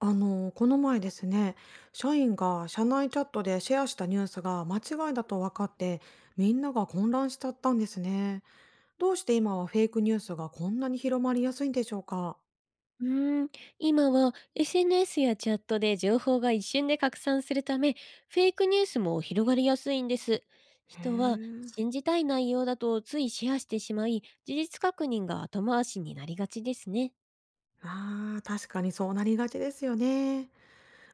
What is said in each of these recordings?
この前ですね、社員が社内チャットでシェアしたニュースが間違いだと分かって、みんなが混乱しちゃったんですね。どうして今はフェイクニュースがこんなに広まりやすいんでしょうか？うーん、今は SNS やチャットで情報が一瞬で拡散するため、フェイクニュースも広がりやすいんです。へ人はえ。信じたい内容だとついシェアしてしまい、事実確認が後回しになりがちですね。ああー、確かにそうなりがちですよね。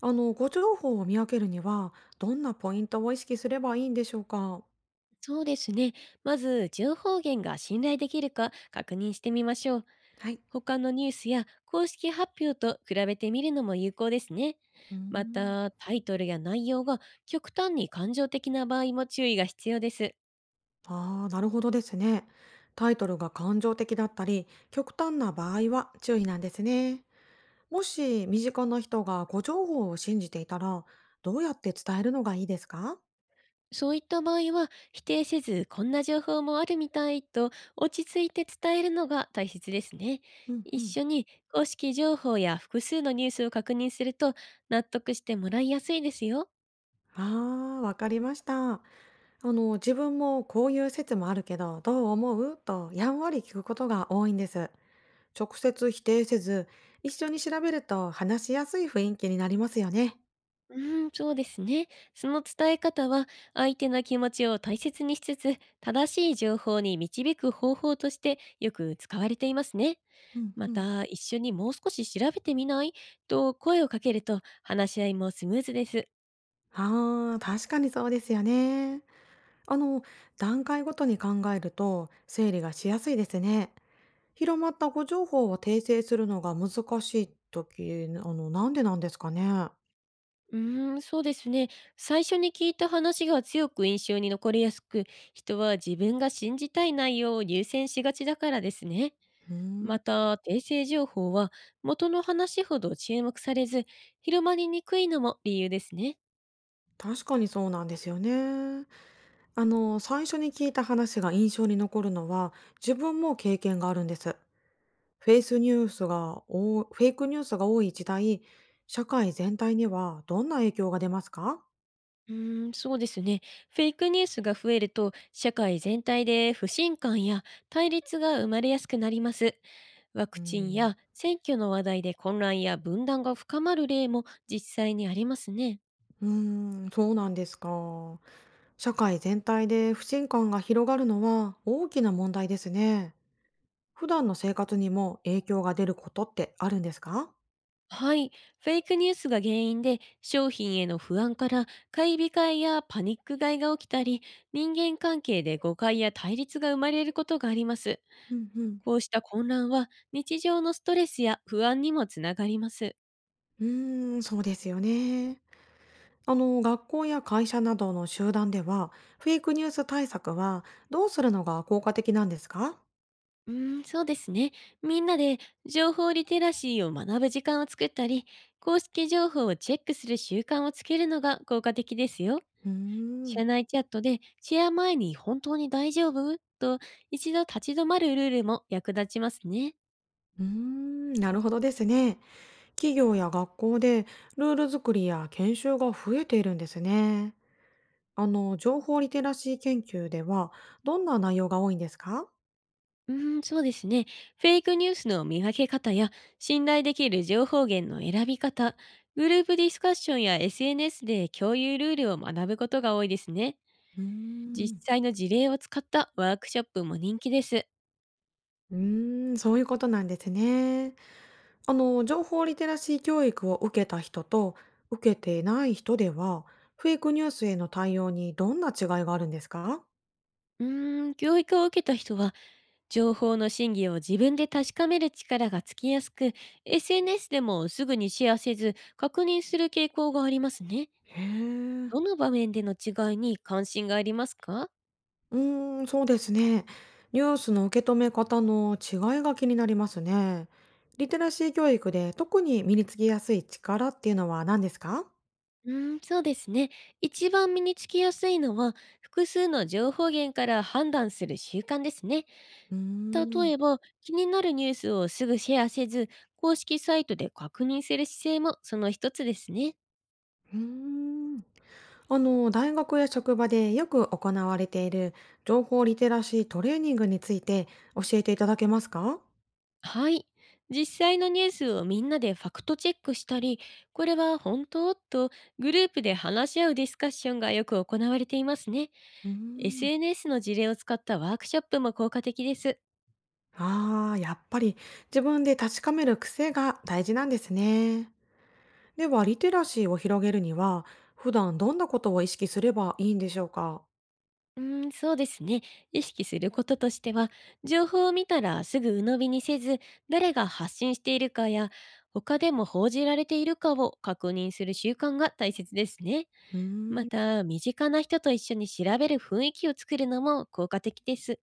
ご情報を見分けるには、どんなポイントを意識すればいいんでしょうか？そうですね。まず、情報源が信頼できるか確認してみましょう。はい。他のニュースや公式発表と比べてみるのも有効ですね。うーまん。た、タイトルや内容が極端に感情的な場合も注意が必要です。ああ、なるほどですね。タイトルが感情的だったり、極端な場合は注意なんですね。もし身近な人が誤情報を信じていたら、どうやって伝えるのがいいですか？そういった場合は、否定せず、こんな情報もあるみたいと落ち着いて伝えるのが大切ですね。うん一うん。緒に公式情報や複数のニュースを確認すると納得してもらいやすいですよ。ああー、わかりました。自分もこういう説もあるけど、どう思うとやんわり聞くことが多いんです。直接否定せず、一緒に調べると話しやすい雰囲気になりますよね。うん、そうですね。その伝え方は、相手の気持ちを大切にしつつ、正しい情報に導く方法としてよく使われていますね。うんまうん。た、一緒にもう少し調べてみないと声をかけると話し合いもスムーズです。ああ、確かにそうですよね。あの、段階ごとに考えると整理がしやすいですね。広まった誤情報を訂正するのが難しい時、なあの、なんでなんですかね？そうですね。最初に聞いた話が強く印象に残りやすく、人は自分が信じたい内容を優先しがちだからですね。うーん、また、訂正情報は元の話ほど注目されず、広まりにくいのも理由ですね。確かにそうなんですよね。最初に聞いた話が印象に残るのは、自分も経験があるんです。フェイスニュースがおフェイクニュースが多い時代、社会全体にはどんな影響が出ますか？そうですね。フェイクニュースが増えると、社会全体で不信感や対立が生まれやすくなります。ワクうチンん。や選挙の話題で混乱や分断が深まる例も実際にありますね。うーん、そうなんですか。社会全体で不信感が広がるのは大きな問題ですね。普段の生活にも影響が出ることってあるんですか？はい。フェイクニュースが原因で商品への不安から買い控えやパニック買いが起きたり、人間関係で誤解や対立が生まれることがあります。うんうん。こうした混乱は日常のストレスや不安にもつながります。うーん、そうですよね。学校や会社などの集団では、フェイクニュース対策はどうするのが効果的なんですか？そうですね。みんなで情報リテラシーを学ぶ時間を作ったり、公式情報をチェックする習慣をつけるのが効果的ですよ。うーん。社内チャットでシェア前に本当に大丈夫と一度立ち止まるルールも役立ちますね。うーん、なるほどですね。企業や学校でルール作りや研修が増えているんですね。情報リテラシー研究ではどんな内容が多いんですか？そうですね。フェイクニュースの見分け方や信頼できる情報源の選び方、グループディスカッションや SNS で共有ルールを学ぶことが多いですね。うー実ん。際の事例を使ったワークショップも人気です。うーん、そういうことなんですね。情報リテラシー教育を受けた人と受けていない人では、フェイクニュースへの対応にどんな違いがあるんですか？教育を受けた人は情報の真偽を自分で確かめる力がつきやすく、SNS でもすぐにシェアせず確認する傾向がありますね。へえ。どの場面での違いに関心がありますか？うーん、そうですね。ニュースの受け止め方の違いが気になりますね。リテラシー教育で特に身につきやすい力っていうのは何ですか？そうですね。一番身につきやすいのは、複数の情報源から判断する習慣ですね。うーん。例えば、気になるニュースをすぐシェアせず、公式サイトで確認する姿勢もその一つですね。うーん。大学や職場でよく行われている情報リテラシートレーニングについて教えていただけますか？はい。実際のニュースをみんなでファクトチェックしたり、これは本当とグループで話し合うディスカッションがよく行われていますね。うーん。SNS の事例を使ったワークショップも効果的です。ああ、やっぱり自分で確かめる癖が大事なんですね。では、リテラシーを広げるには、普段どんなことを意識すればいいんでしょうか？そうですね。意識することとしては、情報を見たらすぐ鵜呑みにせず、誰が発信しているかや、他でも報じられているかを確認する習慣が大切ですね。うーまん。た、身近な人と一緒に調べる雰囲気を作るのも効果的です。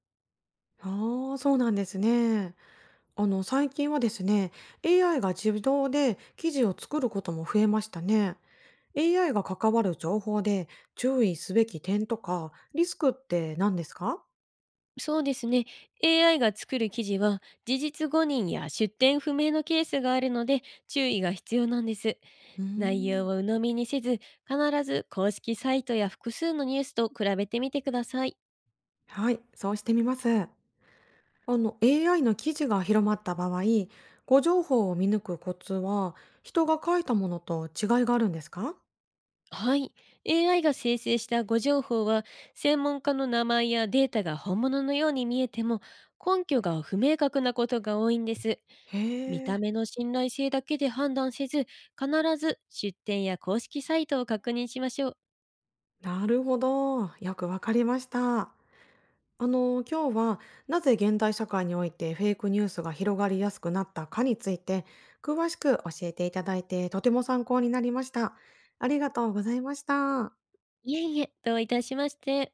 ああ、そうなんですね。最近はですね、AI が自動で記事を作ることも増えましたね。AI が関わる情報で注意すべき点とかリスクって何ですか？そうですね。AI が作る記事は事実誤認や出典不明のケースがあるので注意が必要なんです。うー内容ん。を鵜呑みにせず、必ず公式サイトや複数のニュースと比べてみてください。はい、そうしてみます。AI の記事が広まった場合、誤情報を見抜くコツは、人が書いたものと違いがあるんですか？はい。AI が生成した誤情報は、専門家の名前やデータが本物のように見えても、根拠が不明確なことが多いんです。見へたえ、目の信頼性だけで判断せず、必ず出典や公式サイトを確認しましょう。なるほど。よくわかりました。今日はなぜ現代社会においてフェイクニュースが広がりやすくなったかについて、詳しく教えていただいてとても参考になりました。ありがとうございました。いえいえ、どういたしまして。